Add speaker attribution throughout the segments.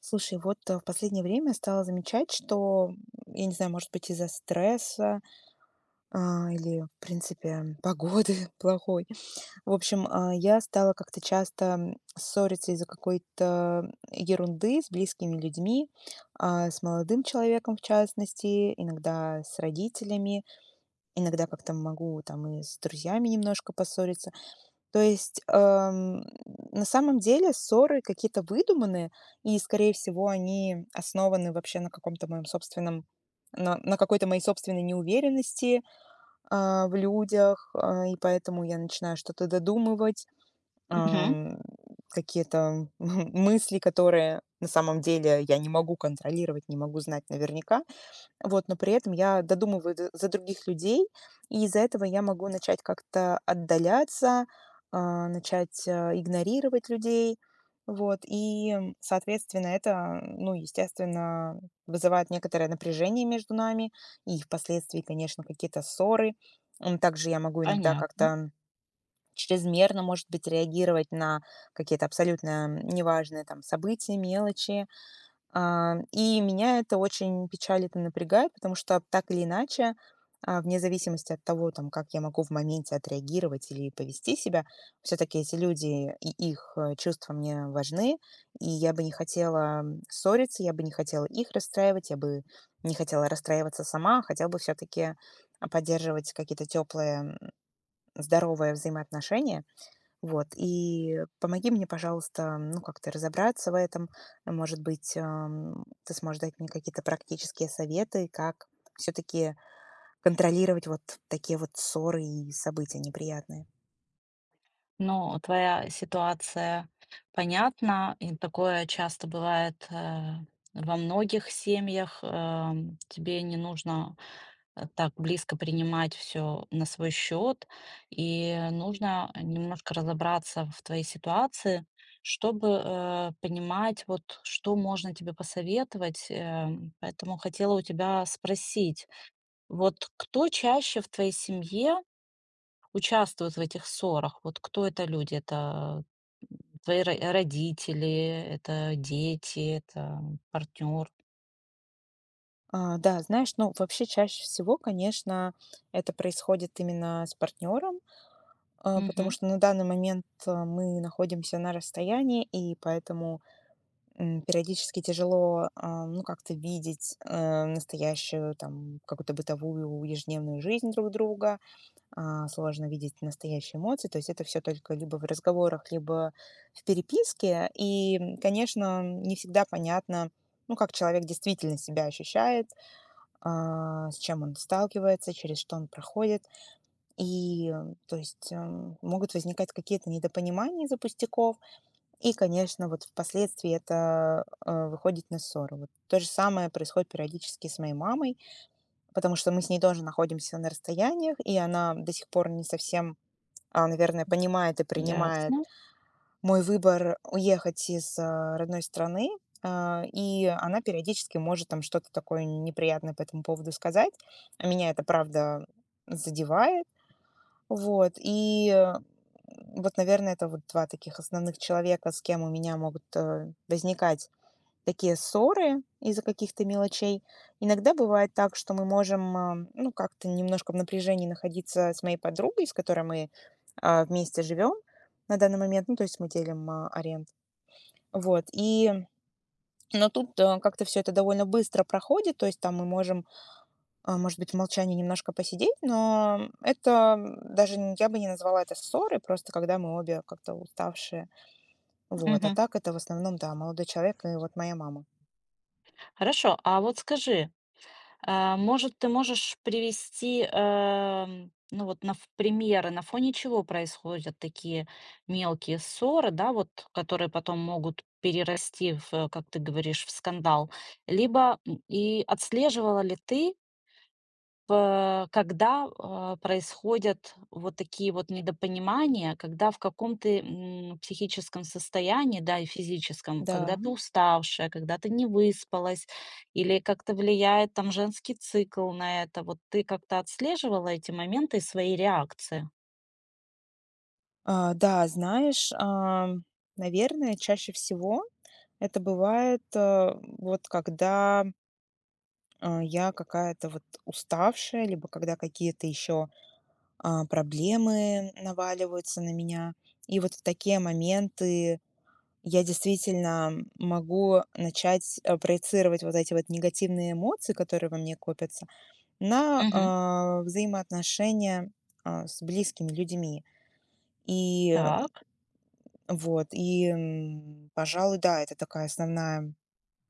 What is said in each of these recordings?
Speaker 1: Слушай, в последнее время стала замечать, что, я не знаю, может быть, из-за стресса или, в принципе, погоды плохой. В общем, я стала как-то часто ссориться из-за какой-то ерунды с близкими людьми, с молодым человеком, в частности, иногда с родителями, иногда как-то могу там и с друзьями немножко поссориться. То есть, на самом деле ссоры какие-то выдуманные, и, скорее всего, они основаны вообще на каком-то моем собственном на какой-то моей собственной неуверенности в людях, и поэтому я начинаю что-то додумывать,
Speaker 2: Мгм.
Speaker 1: ам, какие-то мысли, которые на самом деле я не могу контролировать, не могу знать наверняка. Вот, но при этом я додумываю д за других людей, и из-за этого я могу начать как-то отдаляться, начать, игнорировать людей. Вот, соответственно, это, ну, естественно, вызывает некоторое напряжение между нами и впоследствии, конечно, какие-то ссоры. Также я могу иногда
Speaker 2: Понятно.
Speaker 1: как-то чрезмерно, может быть, реагировать на какие-то абсолютно неважные там события, мелочи. И меня это очень печалит и напрягает, потому что так или иначе, вне зависимости от того, там, как я могу в моменте отреагировать или повести себя, все-таки эти люди и их чувства мне важны, и я бы не хотела ссориться, я бы не хотела их расстраивать, я бы не хотела расстраиваться сама, хотела бы все-таки поддерживать какие-то теплые, здоровые взаимоотношения. Вот, и помоги мне, пожалуйста, ну, как-то разобраться в этом. Может быть, ты сможешь дать мне какие-то практические советы, как все-таки контролировать вот такие вот ссоры и события неприятные.
Speaker 2: Ну, твоя ситуация понятна, и такое часто бывает во многих семьях. Тебе не нужно так близко принимать все на свой счет, и нужно немножко разобраться в твоей ситуации, чтобы понимать, вот что можно тебе посоветовать. Поэтому хотела у тебя спросить, вот кто чаще в твоей семье участвуют в этих ссорах? Вот кто это люди? Это твои родители, это дети, это партнер?
Speaker 1: Да, знаешь, ну вообще чаще всего, конечно, это происходит именно с партнером, потому
Speaker 2: Мгм.
Speaker 1: что на данный момент, мы находимся на расстоянии, и поэтому периодически тяжело, ну, как-то видеть настоящую там какую-то бытовую ежедневную жизнь друг друга, сложно видеть настоящие эмоции. То есть это все только либо в разговорах, либо в переписке. И, конечно, не всегда понятно, ну, как человек действительно себя ощущает, с чем он сталкивается, через что он проходит. То есть могут возникать какие-то недопонимания из-за пустяков. И, конечно, вот впоследствии это выходит на ссору. Вот то же самое происходит периодически с моей мамой, потому что мы с ней тоже находимся на расстояниях, и она до сих пор не совсем, наверное, понимает и принимает
Speaker 2: Ясно.
Speaker 1: мой выбор уехать из родной страны. И она периодически может там что-то такое неприятное по этому поводу сказать. А меня это, правда, задевает. Вот, и, э, вот, наверное, это вот 2 таких основных человека, с кем у меня могут возникать такие ссоры из-за каких-то мелочей. Иногда бывает так, что мы можем, ну, как-то немножко в напряжении находиться с моей подругой, с которой мы, вместе живем на данный момент. Ну, то есть мы делим аренду. Вот, и но тут как-то все это довольно быстро проходит. То есть там мы можем, может быть, в молчании немножко посидеть, но это, м, даже н я бы не назвала это ссорой, просто когда мы обе как-то уставшие. Вот, а
Speaker 2: Мгм.
Speaker 1: так это в основном, да, молодой человек и вот моя мама.
Speaker 2: Хорошо, а вот скажи, может, ты можешь привести, ну, вот на ф примеры, на фоне чего происходят такие мелкие ссоры, да, вот, которые потом могут перерасти в, как ты говоришь, в скандал? Либо, и отслеживала ли ты, когда, происходят вот такие вот недопонимания, когда в каком то психическом состоянии, да, и физическом, когда
Speaker 1: Да.
Speaker 2: ты уставшая, когда ты не выспалась, или как-то влияет там женский цикл на это. Вот ты как-то отслеживала эти моменты и свои реакции?
Speaker 1: Да, знаешь, наверное, чаще всего это бывает вот когда я какая-то вот уставшая, либо когда какие-то еще проблемы наваливаются на меня. И вот в такие моменты я действительно могу начать проецировать вот эти вот негативные эмоции, которые во мне копятся, на,
Speaker 2: Мгм.
Speaker 1: а, взаимоотношения, с близкими людьми. И, э,
Speaker 2: Так.
Speaker 1: и, пожалуй, да, это такая основная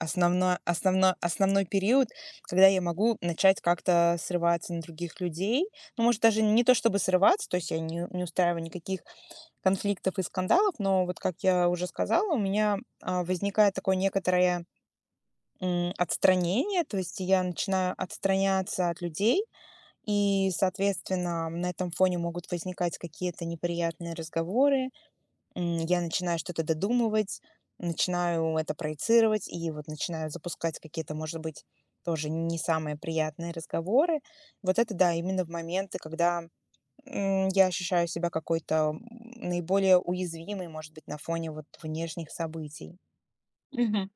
Speaker 1: основной основно основной период, когда я могу начать как-то срываться на других людей. Ну, может, даже не то чтобы срываться, то есть я не устраиваю никаких конфликтов и скандалов, но вот, как я уже сказала, у меня возникает такое некоторое, отстранение, то есть я начинаю отстраняться от людей, и, соответственно, на этом фоне могут возникать какие-то неприятные разговоры. Я начинаю что-то додумывать, начинаю это проецировать и вот начинаю запускать какие-то, может быть, тоже не самые приятные разговоры. Вот это да, именно в моменты, когда я ощущаю себя какой-то, наиболее уязвимой, может быть, на фоне вот внешних событий.
Speaker 2: Мгм.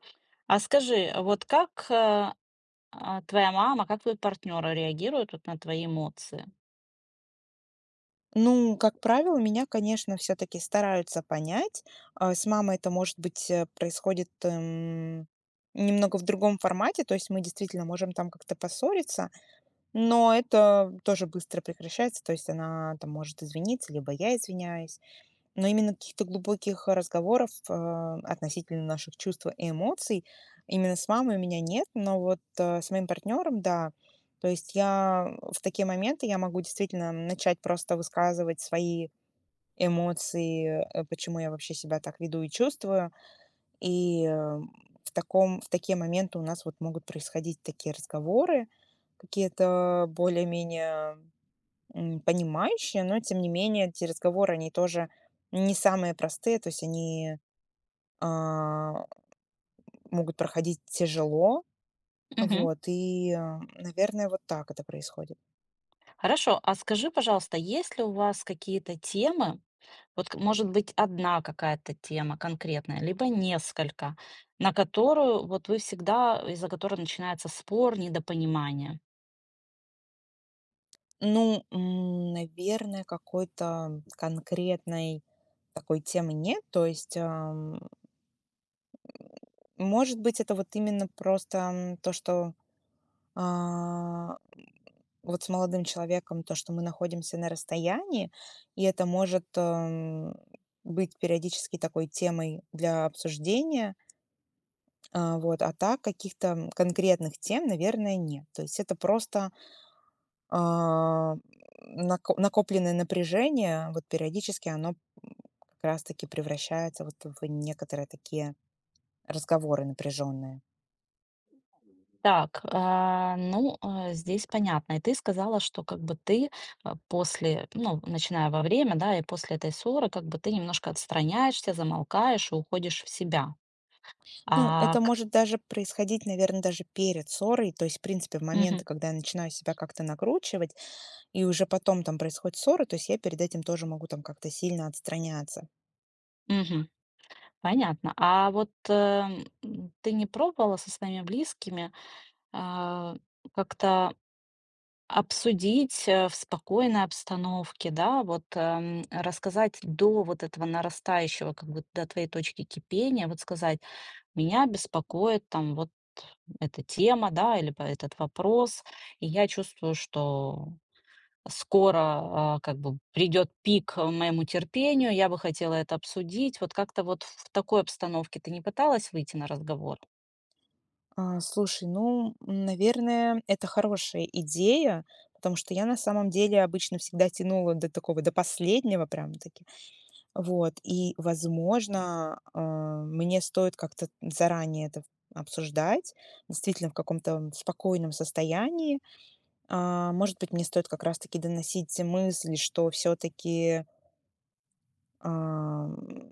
Speaker 2: А скажи, а вот как, твоя мама, как твои партнеры реагируют вот на твои эмоции?
Speaker 1: Ну, как правило, меня, конечно, все таки стараются понять. С мамой это, может быть, происходит, немного в другом формате, то есть мы действительно можем там как-то поссориться, но это тоже быстро прекращается, то есть она там может извиниться, либо я извиняюсь. Но именно каких-то глубоких разговоров относительно наших чувств и эмоций именно с мамой у меня нет, но вот, с моим партнером, да. То есть в такие моменты я могу действительно начать просто высказывать свои эмоции, почему я вообще себя так веду и чувствую. И, э, в таком в такие моменты у нас вот могут происходить такие разговоры, какие-то более-менее понимающие, но тем не менее эти разговоры, они тоже не самые простые, то есть они а, могут проходить тяжело,
Speaker 2: Мгм.
Speaker 1: вот, наверное, вот так это происходит.
Speaker 2: Хорошо, а скажи, пожалуйста, есть ли у вас какие-то темы, вот может быть одна какая-то тема конкретная, либо несколько, на которую вот вы всегда, из-за которой начинается спор, недопонимание?
Speaker 1: Ну, наверное, какой-то конкретной такой темы нет, то есть, может быть, это вот именно просто то, что а, вот с молодым человеком, то, что мы находимся на расстоянии, и это может быть периодически такой темой для обсуждения. Вот. А так каких-то конкретных тем, наверное, нет. То есть это просто а, накопленное напряжение, вот периодически оно как раз-таки превращается вот в некоторые такие разговоры напряженные.
Speaker 2: Так, здесь понятно. И ты сказала, что как бы ты, после, ну, начиная во время, да, и после этой ссоры, как бы ты немножко отстраняешься, замолкаешь и уходишь в себя.
Speaker 1: Ну,
Speaker 2: А,
Speaker 1: это
Speaker 2: к-
Speaker 1: может даже происходить, наверное, даже перед ссорой. То есть, в принципе, в
Speaker 2: Мгм,
Speaker 1: моменты, когда я начинаю себя как-то накручивать, и уже потом там происходит ссора, то есть я перед этим тоже могу там как-то сильно отстраняться.
Speaker 2: мгм. Понятно. А вот, ты не пробовала со своими близкими а, как-то обсудить, в спокойной обстановке, да, вот, рассказать до вот этого нарастающего, как бы до твоей точки кипения, вот сказать: "Меня беспокоит там вот эта тема, да, или по этот вопрос, и я чувствую, что скоро, как бы придет пик моему терпению, я бы хотела это обсудить." Вот как-то вот в такой обстановке ты не пыталась выйти на разговор?
Speaker 1: Слушай, ну, наверное, это хорошая идея, потому что я на самом деле обычно всегда тянула до такого, до последнего прям-таки. Вот, и, возможно, мне стоит как-то заранее это обсуждать, действительно в каком-то спокойном состоянии. Может быть, мне стоит как раз-таки доносить мысль, что все таки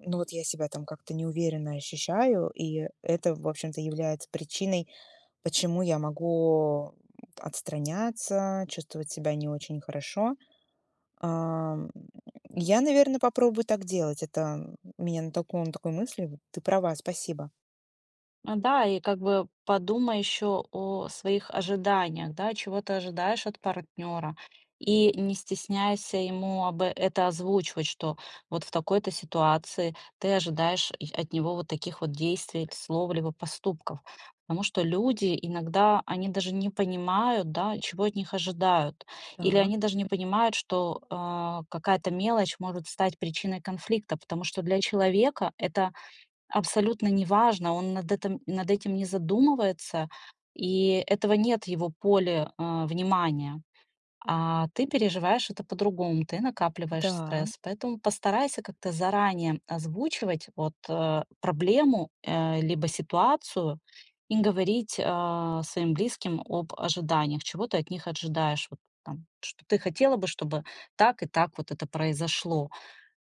Speaker 1: ну, вот я себя там как-то неуверенно ощущаю, и это, в общем-то, является причиной, почему я могу отстраняться, чувствовать себя не очень хорошо. Ам, я, наверное, попробую так делать. Это меня натолкнуло на такую мысль. Вот ты права, спасибо.
Speaker 2: Да, и как бы подумай еще о своих ожиданиях, да, чего ты ожидаешь от партнера. И не стесняйся ему об это озвучивать, что вот в такой-то ситуации ты ожидаешь и от него вот таких вот действий, или слов, либо поступков. Потому что люди иногда, они даже не понимают, да, чего от них ожидают. Или
Speaker 1: Так,
Speaker 2: они даже не понимают, что, какая-то мелочь может стать причиной конфликта, потому что для человека это абсолютно неважно, он над этим не задумывается, и этого нет в его поле, внимания. А ты переживаешь это по-другому, ты накапливаешь
Speaker 1: да,
Speaker 2: стресс. Поэтому постарайся как-то заранее озвучивать вот, проблему, либо ситуацию и говорить, своим близким об ожиданиях, чего ты от них ожидаешь. Вот там, что ты хотела бы, чтобы так и так вот это произошло.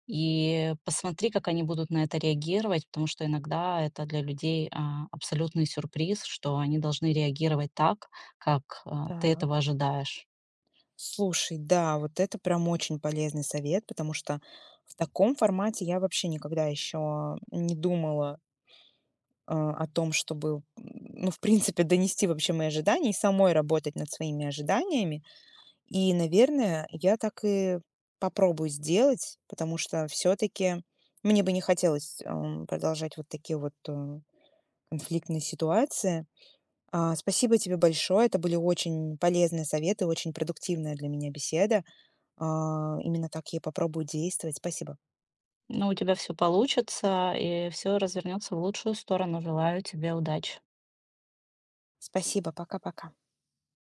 Speaker 2: И посмотри, как они будут на это реагировать, потому что иногда это для людей, абсолютный сюрприз, что они должны реагировать так, как, ты
Speaker 1: так.
Speaker 2: этого ожидаешь.
Speaker 1: Слушай, да, вот это прям очень полезный совет, потому что в таком формате я вообще никогда еще не думала, о том, чтобы, ну, в принципе, донести вообще мои ожидания и самой работать над своими ожиданиями. И, наверное, я так и попробую сделать, потому что все-таки мне бы не хотелось продолжать вот такие вот, конфликтные ситуации. Спасибо тебе большое. Это были очень полезные советы, очень продуктивная для меня беседа. Именно так я и попробую действовать. Спасибо.
Speaker 2: Но у тебя все получится, и все развернется в лучшую сторону. Желаю тебе удачи.
Speaker 1: Спасибо, пока-пока.